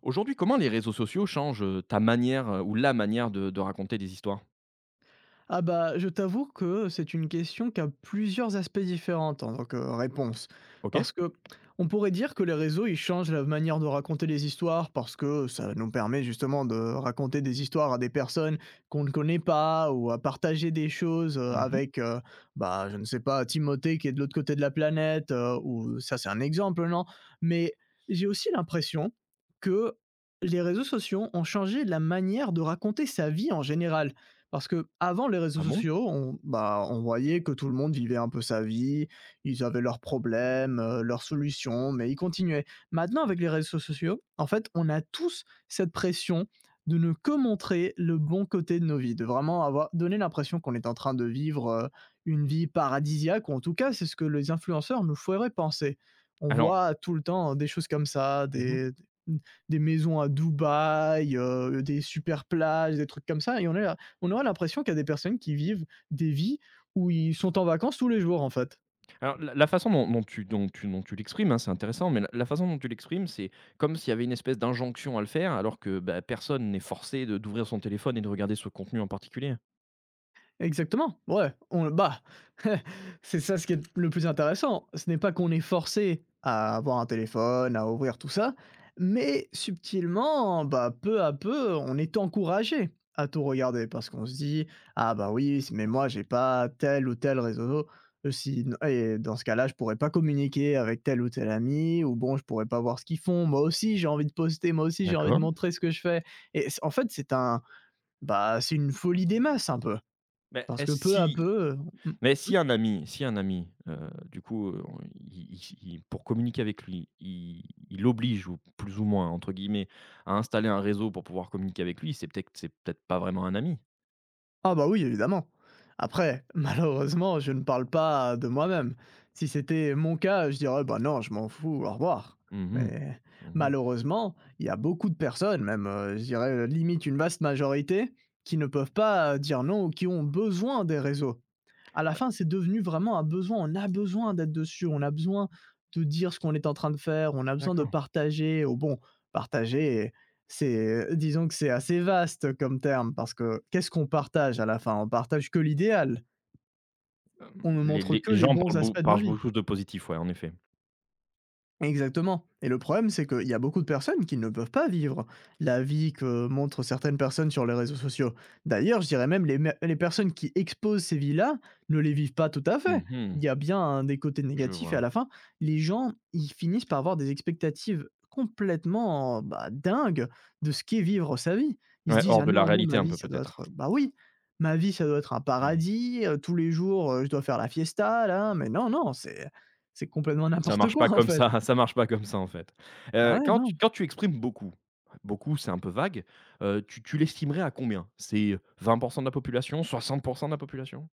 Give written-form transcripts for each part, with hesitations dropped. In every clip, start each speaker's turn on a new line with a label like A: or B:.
A: Aujourd'hui, comment les réseaux sociaux changent, ta manière, ou la manière de raconter des histoires?
B: Ah bah, je t'avoue que c'est une question qui a plusieurs aspects différents en tant que réponse.
A: OK.
B: Parce que on pourrait dire que les réseaux, ils changent la manière de raconter les histoires parce que ça nous permet justement de raconter des histoires à des personnes qu'on ne connaît pas ou à partager des choses
A: Mmh.
B: avec, bah, je ne sais pas, Timothée qui est de l'autre côté de la planète ou ça, c'est un exemple, non? Mais j'ai aussi l'impression que les réseaux sociaux ont changé la manière de raconter sa vie en général. Parce que avant les réseaux
A: Ah bon?
B: sociaux, on, bah, on voyait que tout le monde vivait un peu sa vie, ils avaient leurs problèmes, leurs solutions, mais ils continuaient. Maintenant, avec les réseaux sociaux, en fait, on a tous cette pression de ne que montrer le bon côté de nos vies, de vraiment avoir donné l'impression qu'on est en train de vivre, une vie paradisiaque ou en tout cas, c'est ce que les influenceurs nous feraient penser. On
A: Alors.
B: voit tout le temps des choses comme ça,
A: Mmh.
B: des maisons à Dubaï, des super plages, des trucs comme ça et on est là: on aura l'impression qu'il y a des personnes qui vivent des vies où ils sont en vacances tous les jours, en fait.
A: Alors la la façon dont dont tu dont tu dont tu l'exprimes, hein, c'est intéressant, mais la façon dont tu l'exprimes, c'est comme s'il y avait une espèce d'injonction à le faire, alors que, bah, personne n'est forcé de d'ouvrir son téléphone et de regarder ce contenu en particulier.
B: Exactement, ouais, on le. Bah, c'est ça ce qui est le plus intéressant. Ce n'est pas qu'on est forcé à avoir un téléphone, à ouvrir tout ça, mais subtilement, bah, peu à peu, on est encouragé à tout regarder parce qu'on se dit: «Ah bah oui, s mais moi j'ai pas tel ou tel réseau, si et dans ce cas-là, je pourrais pas communiquer avec tel ou tel ami» ou bon, «Je pourrais pas voir ce qu'ils font. Moi aussi, j'ai envie de poster, moi aussi, j'ai envie de
A: D'accord.
B: montrer ce que je fais» et c en fait, c'est un bah, c'est une folie des masses un peu.
A: Mais
B: Parce que
A: est-ce
B: peu à
A: si
B: peu, heu mmh.
A: Mais
B: Mmh.
A: si un ami, du coup, on il pour communiquer avec lui, il l'oblige ou plus ou moins entre guillemets à installer un réseau pour pouvoir communiquer avec lui, c'est peut-être pas vraiment un ami.
B: Ah bah, oui, évidemment. Après, malheureusement, je ne parle pas de moi-même. Si c'était mon cas, je dirais: «Bah, non, je m'en fous, au revoir».
A: Mmh mh.
B: Mais
A: Mmh.
B: malheureusement, il y a beaucoup de personnes, même, je dirais, limite une vaste majorité, qui ne peuvent pas dire non ou qui ont besoin des réseaux. À la
A: Bah.
B: fin, c'est devenu vraiment un besoin. On a besoin d'être dessus. On a besoin de dire ce qu'on est en train de faire. On a besoin de
A: D'accord.
B: partager. Oh bon, partager, c'est, disons que c'est assez vaste comme terme parce que qu'est-ce qu'on partage à la fin? On partage que l'idéal.
A: hem,
B: On ne montre que
A: les
B: les
A: gens
B: bons
A: parlent beau
B: aspects de nos
A: parlent
B: vies.
A: beaucoup de positif, ouais, en effet.
B: Exactement. Et le problème, c'est qu'il y a beaucoup de personnes qui ne peuvent pas vivre la vie que montrent certaines personnes sur les réseaux sociaux. D'ailleurs, je dirais même les personnes qui exposent ces vies-là ne les vivent pas tout à fait.
A: Mmh.
B: Il y a bien un des côtés
A: Je
B: négatifs et à
A: vois.
B: la fin, les gens, ils finissent par avoir des expectatives complètement bah, dingues de ce qu'est vivre sa vie. Ils se
A: Ouais,
B: disent,
A: hors
B: ah
A: de la
B: non, moi,
A: réalité
B: ma
A: un
B: vie,
A: peu
B: ça doit
A: peut-être.
B: être... Bah oui, ma vie, ça doit être un
A: Mmh.
B: paradis, tous les jours, je dois faire la fiesta, là. Mais non, non, c'est... C'est complètement
A: Ça
B: n'importe
A: marche pas
B: quoi en
A: comme
B: fait.
A: ça, ça marche pas comme ça, en fait.
B: Bah,
A: Heu,
B: ouais,
A: quand
B: non.
A: tu quand tu exprimes beaucoup, beaucoup, c'est un peu vague. Tu l'estimerais à combien? C'est 20% de la population, 60% de la population?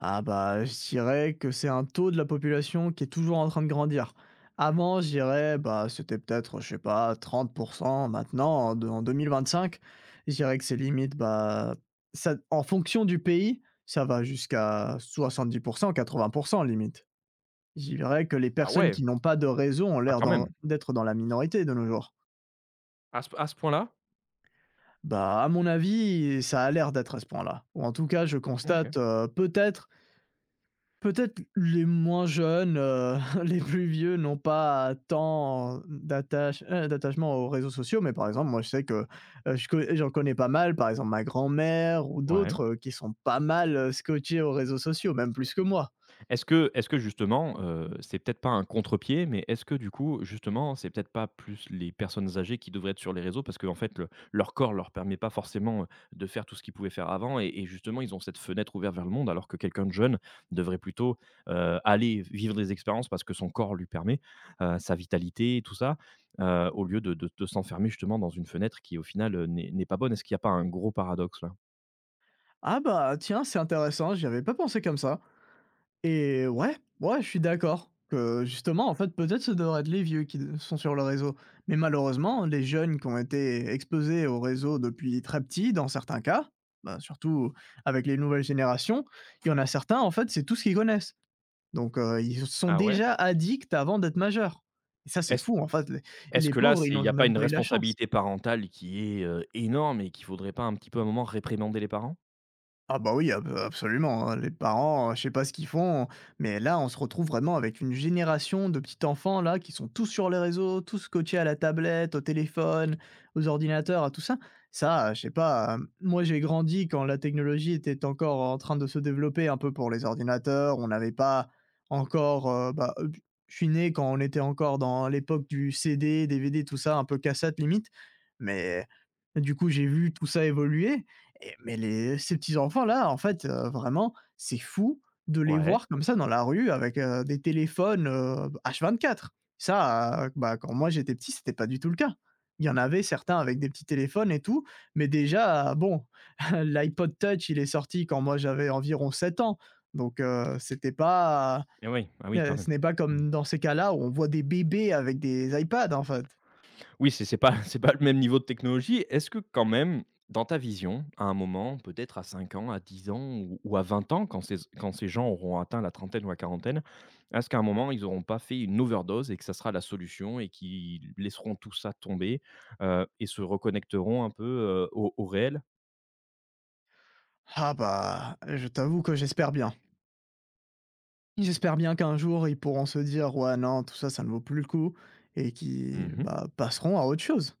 B: Ah bah, je dirais que c'est un taux de la population qui est toujours en train de grandir. Avant, je dirais, bah, c'était peut-être, je sais pas, 30%. Maintenant, en 2025, je dirais que c'est limite, bah, ça, en fonction du pays, ça va jusqu'à 70%, 80% limite. Je dirais que les
A: Ah
B: personnes
A: ouais!
B: qui n'ont pas de réseau ont
A: Ah
B: l'air
A: quand même!
B: d'être dans la minorité de nos jours.
A: À ce point-là?
B: Bah, à mon avis, ça a l'air d'être à ce point-là. Ou en tout cas, je
A: OK.
B: constate peut-être peut-être les moins jeunes, les plus vieux n'ont pas tant d'attachement aux réseaux sociaux, mais par exemple, moi, je sais que, je co j'en connais pas mal, par exemple ma grand-mère ou
A: Ouais.
B: d'autres, qui sont pas mal, scotchés aux réseaux sociaux, même plus que moi.
A: Est-ce que justement, c'est peut-être pas un contre-pied, mais est-ce que du coup, justement, c'est peut-être pas plus les personnes âgées qui devraient être sur les réseaux parce qu'en fait, le leur corps leur permet pas forcément, de faire tout ce qu'ils pouvaient faire avant et justement, ils ont cette fenêtre ouverte vers le monde alors que quelqu'un de jeune devrait plutôt, aller vivre des expériences parce que son corps lui permet, sa vitalité et tout ça, au lieu de s'enfermer justement dans une fenêtre qui au final, n'est pas bonne. Est-ce qu'il n'y a pas un gros paradoxe là?
B: Ah bah, tiens, c'est intéressant, j'y avais pas pensé comme ça. Et ouais, ouais, je suis d'accord que justement, en fait, peut-être ce devrait être les vieux qui sont sur le réseau. Mais malheureusement, les jeunes qui ont été exposés au réseau depuis très petit, dans certains cas, bah, surtout avec les nouvelles générations, il y en a certains, en fait, c'est tout ce qu'ils connaissent. Donc ils sont
A: Ah ouais?
B: déjà addicts avant d'être majeurs. Et ça, c'est fou, en fait, les
A: Est-ce
B: les
A: que là,
B: pauvres, ils
A: c'est il n'y
B: n'ont
A: a pas
B: même
A: une
B: pas eu la chance.
A: responsabilité parentale qui est, énorme et qu'il faudrait pas un petit peu, à un moment, réprimander les parents?
B: Ah bah oui, ab absolument, hein. Les parents, je sais pas ce qu'ils font, mais là, on se retrouve vraiment avec une génération de petits enfants là, qui sont tous sur les réseaux, tous scotchés à la tablette, au téléphone, aux ordinateurs, à tout ça. Ça, je sais pas, moi j'ai grandi quand la technologie était encore en train de se développer un peu pour les ordinateurs. On n'avait pas encore, bah, je suis né quand on était encore dans l'époque du CD, DVD, tout ça, un peu cassette limite, mais du coup, j'ai vu tout ça évoluer et mais les ces petits enfants là, en fait, vraiment, c'est fou de les
A: Ouais.
B: voir comme ça dans la rue avec, des téléphones, H24. Ça, bah, quand moi j'étais petit, c'était pas du tout le cas. Il y en avait certains avec des petits téléphones et tout, mais déjà, bon, l'iPod touch, il est sorti quand moi j'avais environ 7 ans, donc c'était pas,
A: Et oui, ah oui, quand
B: ce
A: même.
B: n'est pas
A: Mmh.
B: comme dans ces cas-là où on voit des bébés avec des iPads, en fait.
A: Oui, c'est pas c'est pas le même niveau de technologie. Est-ce que quand même, dans ta vision, à un moment, peut-être à 5 ans, à 10 ans ou à 20 ans, quand ces gens auront atteint la trentaine ou la quarantaine, est-ce qu'à un moment, ils n'auront pas fait une overdose et que ça sera la solution et qu'ils laisseront tout ça tomber, et se reconnecteront un peu, au réel?
B: Ah bah, je t'avoue que j'espère bien. J'espère bien qu'un jour, ils pourront se dire: «Ouais, non, tout ça, ça ne vaut plus le coup» et qu'ils,
A: Mmh.
B: bah, passeront à autre chose.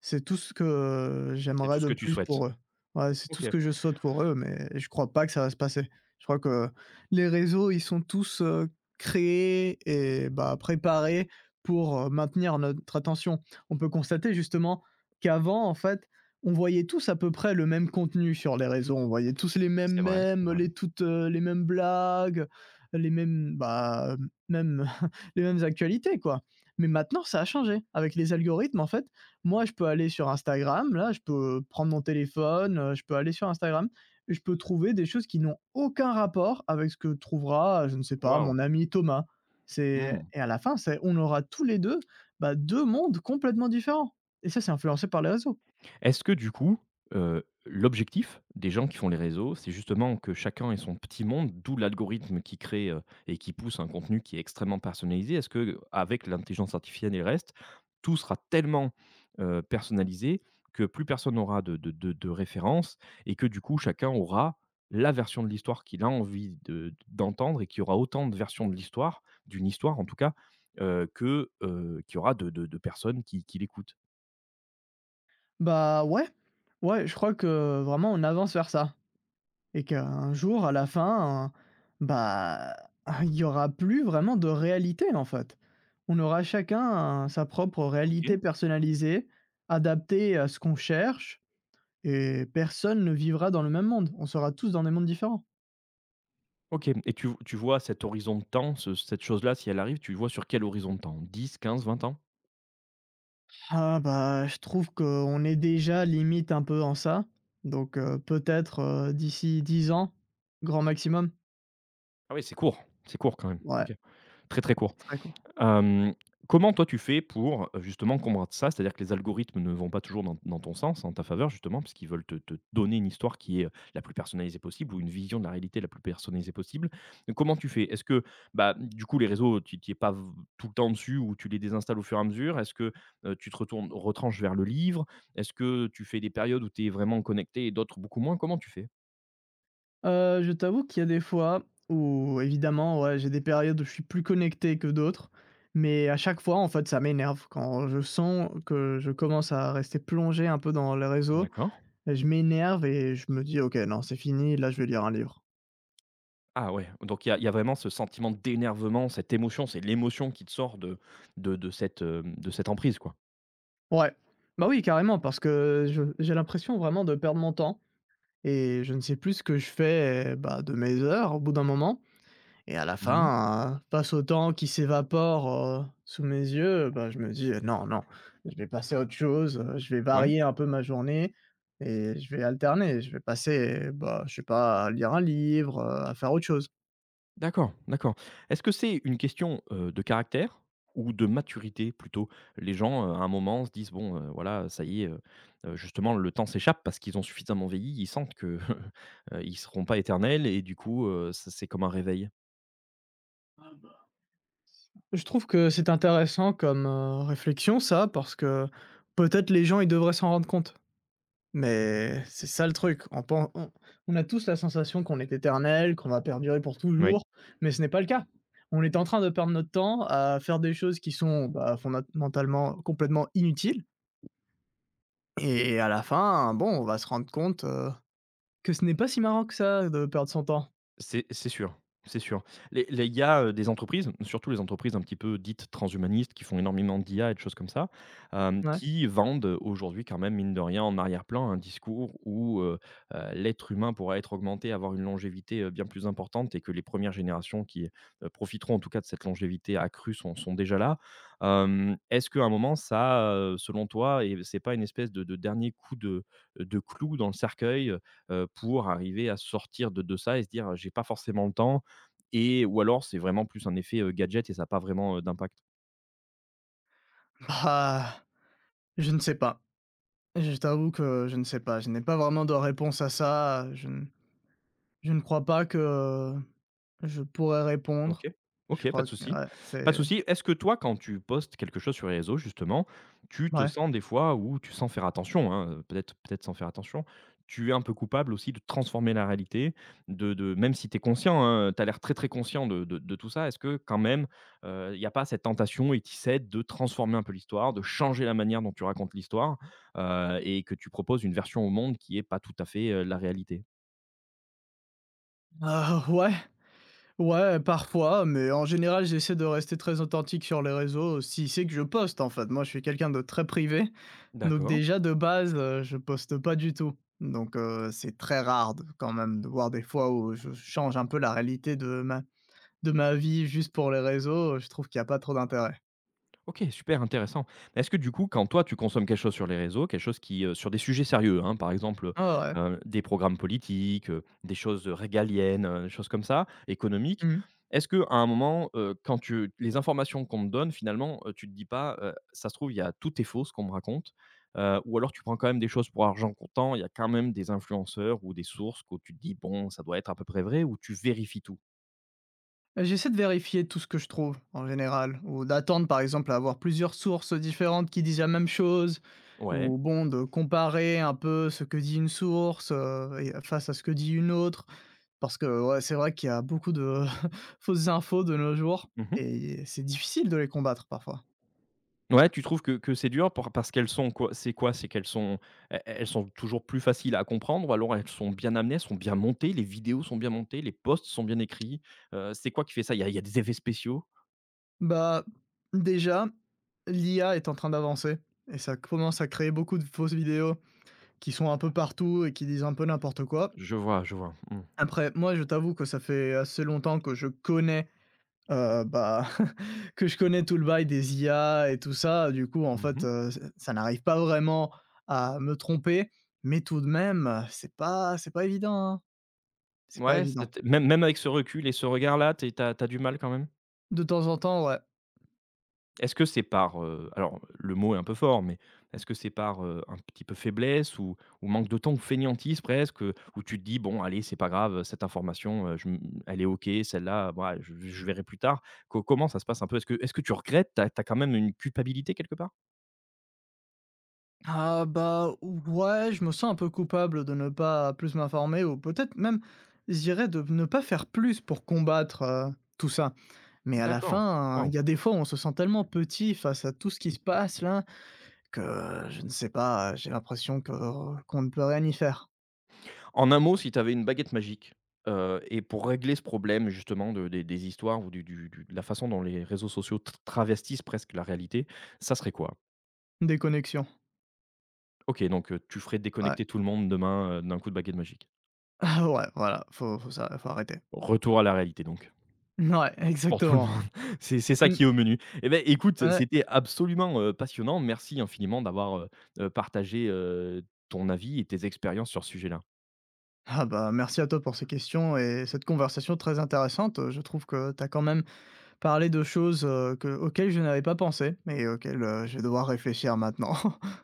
B: C'est tout ce que,
A: C'est
B: j'aimerais
A: tout ce
B: de
A: que tu
B: plus
A: souhaites?
B: pour eux. Ouais, c'est tout
A: OK.
B: ce que je souhaite pour eux, mais je crois pas que ça va se passer. Je crois que les réseaux, ils sont tous, créés et bah, préparés pour, maintenir notre attention. On peut constater justement qu'avant, en fait, on voyait tous à peu près le même contenu sur les réseaux. On voyait tous les mêmes
A: C'est vrai, c'est
B: mèmes,
A: vrai.
B: les mêmes blagues, les mêmes, bah, même les mêmes actualités, quoi. Mais maintenant, ça a changé. Avec les algorithmes, en fait moi, je peux aller sur Instagram, là, je peux prendre mon téléphone, je peux aller sur Instagram et je peux trouver des choses qui n'ont aucun rapport avec ce que trouvera, je ne sais pas,
A: Waouh!
B: mon ami Thomas. C'est
A: Mmh.
B: et à la fin, c'est on aura tous les 2 bah, 2 mondes complètement différents et ça, c'est influencé par les réseaux.
A: Est-ce que du coup, l'objectif des gens qui font les réseaux, c'est justement que chacun ait son petit monde, d'où l'algorithme qui crée, et qui pousse un contenu qui est extrêmement personnalisé? Est-ce que avec l'intelligence artificielle et le reste, tout sera tellement, personnalisé que plus personne n'aura de référence et que du coup chacun aura la version de l'histoire qu'il a envie de d'entendre et qu'il y aura autant de versions de l'histoire d'une histoire en tout cas, que, qu'il y aura de personnes qui l'écoutent?
B: Bah, ouais, ouais, je crois que vraiment on avance vers ça. Et qu'un jour, à la fin, bah, il y aura plus vraiment de réalité, en fait. On aura chacun sa propre réalité personnalisée, adaptée à ce qu'on cherche, et personne ne vivra dans le même monde. On sera tous dans des mondes différents.
A: OK et tu vois cet horizon de temps, ce cette chose-là, si elle arrive, tu vois sur quel horizon de temps? 10, 15, 20 ans?
B: Ah bah, je trouve qu'on est déjà limite un peu en ça. Donc peut-être d'ici 10 ans, grand maximum.
A: Ah oui, c'est court quand même.
B: Ouais,
A: OK. Très, très court.
B: c'est très court.
A: Hem, Comment toi tu fais pour, justement combattre ça? C'est-à-dire que les algorithmes ne vont pas toujours dans ton sens, en ta faveur justement, parce qu'ils veulent te donner une histoire qui est, la plus personnalisée possible ou une vision de la réalité la plus personnalisée possible. Donc comment tu fais? Est-ce que, bah, du coup les réseaux tu n'y es pas v tout le temps dessus ou tu les désinstalles au fur et à mesure? Est-ce que, tu te retournes retranches vers le livre? Est-ce que tu fais des périodes où tu es vraiment connecté et d'autres beaucoup moins? Comment tu fais?
B: Je t'avoue qu'il y a des fois où évidemment, ouais, j'ai des périodes où je suis plus connecté que d'autres, mais à chaque fois, en fait, ça m'énerve quand je sens que je commence à rester plongé un peu dans les réseaux,
A: D'accord.
B: je m'énerve et je me dis: «OK, non, c'est fini, là, je vais lire un livre».
A: Ah ouais, donc il y a vraiment ce sentiment d'énervement, cette émotion, c'est l'émotion qui te sort de cette emprise, quoi?
B: Ouais, bah, oui, carrément, parce que je j'ai l'impression vraiment de perdre mon temps et je ne sais plus ce que je fais, bah, de mes heures au bout d'un moment. Et à la
A: Mmh.
B: fin, face au temps qui s'évapore, sous mes yeux, bah, je me dis: non, non, je vais passer à autre chose, je vais
A: Ouais,
B: varier un peu ma journée et je vais alterner, je vais passer, bah, je sais pas, à lire un livre, à faire autre chose».
A: d'accord, d'accord. Est-ce que c'est une question, de caractère ou de maturité plutôt? Les gens, à un moment se disent: «Bon, voilà, ça y est, justement le temps s'échappe» parce qu'ils ont suffisamment vieilli, ils sentent que, ils seront pas éternels et du coup, ça c'est comme un réveil?
B: Je trouve que c'est intéressant comme, réflexion ça, parce que peut-être les gens, ils devraient s'en rendre compte. Mais c'est ça le truc, on pen on a tous la sensation qu'on est éternel, qu'on va perdurer pour
A: Oui.
B: toujours, mais ce n'est pas le cas. On est en train de perdre notre temps à faire des choses qui sont, bah, fondamentalement complètement inutiles et à la fin, bon, on va se rendre compte, que ce n'est pas si marrant que ça de perdre son temps.
A: C'est sûr, c'est sûr. Les il y a, des entreprises, surtout les entreprises un petit peu dites transhumanistes qui font énormément d'IA et de choses comme ça,
B: Ouais.
A: qui vendent aujourd'hui quand même mine de rien en arrière-plan un discours où, l'être humain pourra être augmenté, avoir une longévité, bien plus importante et que les premières générations qui, profiteront en tout cas de cette longévité accrue sont déjà là. Est-ce qu'à un moment ça, selon toi et c'est pas une espèce de dernier coup de clou dans le cercueil, pour arriver à sortir de ça et se dire: «J'ai pas forcément le temps» et ou alors c'est vraiment plus un effet, gadget et ça a pas vraiment, d'impact?
B: Bah, je ne sais pas. Je t'avoue que je ne sais pas. Je n'ai pas vraiment de réponse à ça, je ne crois pas que je pourrais
A: OK.
B: répondre. Je
A: OK, pas
B: crois
A: de
B: que
A: souci.
B: ouais,
A: Pas de
B: c'est
A: souci. Est-ce que toi, quand tu postes quelque chose sur les réseaux justement, tu te
B: ouais.
A: sens des fois où tu sens faire attention, hein, peut-être sans faire attention, tu es un peu coupable aussi de transformer la réalité, de même si tu es conscient, hein, tu as l'air très, très conscient de tout ça. Est-ce que quand même, il n'y a pas cette tentation et qui cède de transformer un peu l'histoire, de changer la manière dont tu racontes l'histoire, et que tu proposes une version au monde qui est pas tout à fait, la réalité?
B: Ah ouais, ouais, parfois, mais en général, j'essaie de rester très authentique sur les réseaux, si c'est que je poste en fait. Moi, je suis quelqu'un de très privé, donc
A: D'accord.
B: déjà de base, je poste pas du tout. Donc c'est très rare quand même de voir des fois où je change un peu la réalité de ma vie juste pour les réseaux, je trouve qu'il n'y a pas trop d'intérêt.
A: OK, super intéressant. Est-ce que du coup, quand toi tu consommes quelque chose sur les réseaux, quelque chose qui, sur des sujets sérieux, hein, par exemple,
B: Ah ouais.
A: des programmes politiques, des choses, régaliennes, des choses comme ça, économiques.
B: Mmh.
A: Est-ce que à un moment, quand tu les informations qu'on te donne finalement, tu te dis pas, «Ça se trouve, il y a tout est faux ce qu'on me raconte», ou alors tu prends quand même des choses pour argent comptant, il y a quand même des influenceurs ou des sources que tu te dis: «Bon, ça doit être à peu près vrai» ou tu vérifies tout?
B: J'essaie de vérifier tout ce que je trouve, en général, ou d'attendre, par exemple, à avoir plusieurs sources différentes qui disent la même chose
A: Ouais.
B: ou bon, de comparer un peu ce que dit une source, et face à ce que dit une autre. Parce que, ouais, c'est vrai qu'il y a beaucoup de fausses infos de nos jours
A: Mmh.
B: et c'est difficile de les combattre parfois.
A: Ouais, tu trouves que c'est dur pour parce qu'elles sont quoi? C'est qu'elles sont elles sont toujours plus faciles à comprendre ou alors elles sont bien amenées, elles sont bien montées, les vidéos sont bien montées, les posts sont bien écrits? C'est quoi qui fait ça? Il y a des effets spéciaux?
B: Bah, déjà, l'IA est en train d'avancer et ça commence à créer beaucoup de fausses vidéos qui sont un peu partout et qui disent un peu n'importe quoi.
A: Je vois, je vois. Mmh.
B: Après, moi, je t'avoue que ça fait assez longtemps que je connais, bah, que je connais tout le bail des IA et tout ça. Du coup, en fait,
A: Mmh.
B: ç ça n'arrive pas vraiment à me tromper, mais tout de même, c'est pas évident, hein. C'est pas
A: Ouais,
B: évident.
A: c'est même avec ce recul et ce regard-là, tu as du mal quand même?
B: De temps en temps, ouais.
A: Est-ce que c'est par, alors le mot est un peu fort, mais est-ce que c'est par, un petit peu faiblesse ou manque de temps ou fainéantise presque, où tu te dis: «Bon allez, c'est pas grave, cette information, je m elle est OK, celle-là, bah, je verrai plus tard». Co comment ça se passe un peu? Est-ce que tu regrettes? T'as as quand même une culpabilité quelque part?
B: Ah, bah, ouais, je me sens un peu coupable de ne pas plus m'informer ou peut-être même, je dirais de ne pas faire plus pour combattre, tout ça. Mais à la
A: D'accord,
B: fin, il
A: waouh.
B: y a des fois où on se sent tellement petit face à tout ce qui se passe là. Que je ne sais pas, j'ai l'impression que qu'on ne peut rien y faire.
A: En un mot, si tu avais une baguette magique, et pour régler ce problème justement de des histoires ou du de la façon dont les réseaux sociaux tr travestissent presque la réalité, ça serait quoi?
B: Déconnexion.
A: OK, donc tu ferais
B: Ouais.
A: déconnecter tout le monde demain, d'un coup de baguette magique.
B: Ouais, voilà, faut ça faut arrêter.
A: Retour à la réalité donc,
B: Ouais,
A: pour tout le
B: exactement.
A: monde. C'est ça
B: Mmh,
A: qui est au menu. Et ben écoute,
B: ouais.
A: c'était absolument, passionnant. Merci infiniment d'avoir, partagé, ton avis et tes expériences sur ce sujet-là.
B: Ah bah, merci à toi pour ces questions et cette conversation très intéressante, je trouve que tu as quand même parlé de choses, que auxquelles je n'avais pas pensé mais auxquelles, je vais devoir réfléchir maintenant.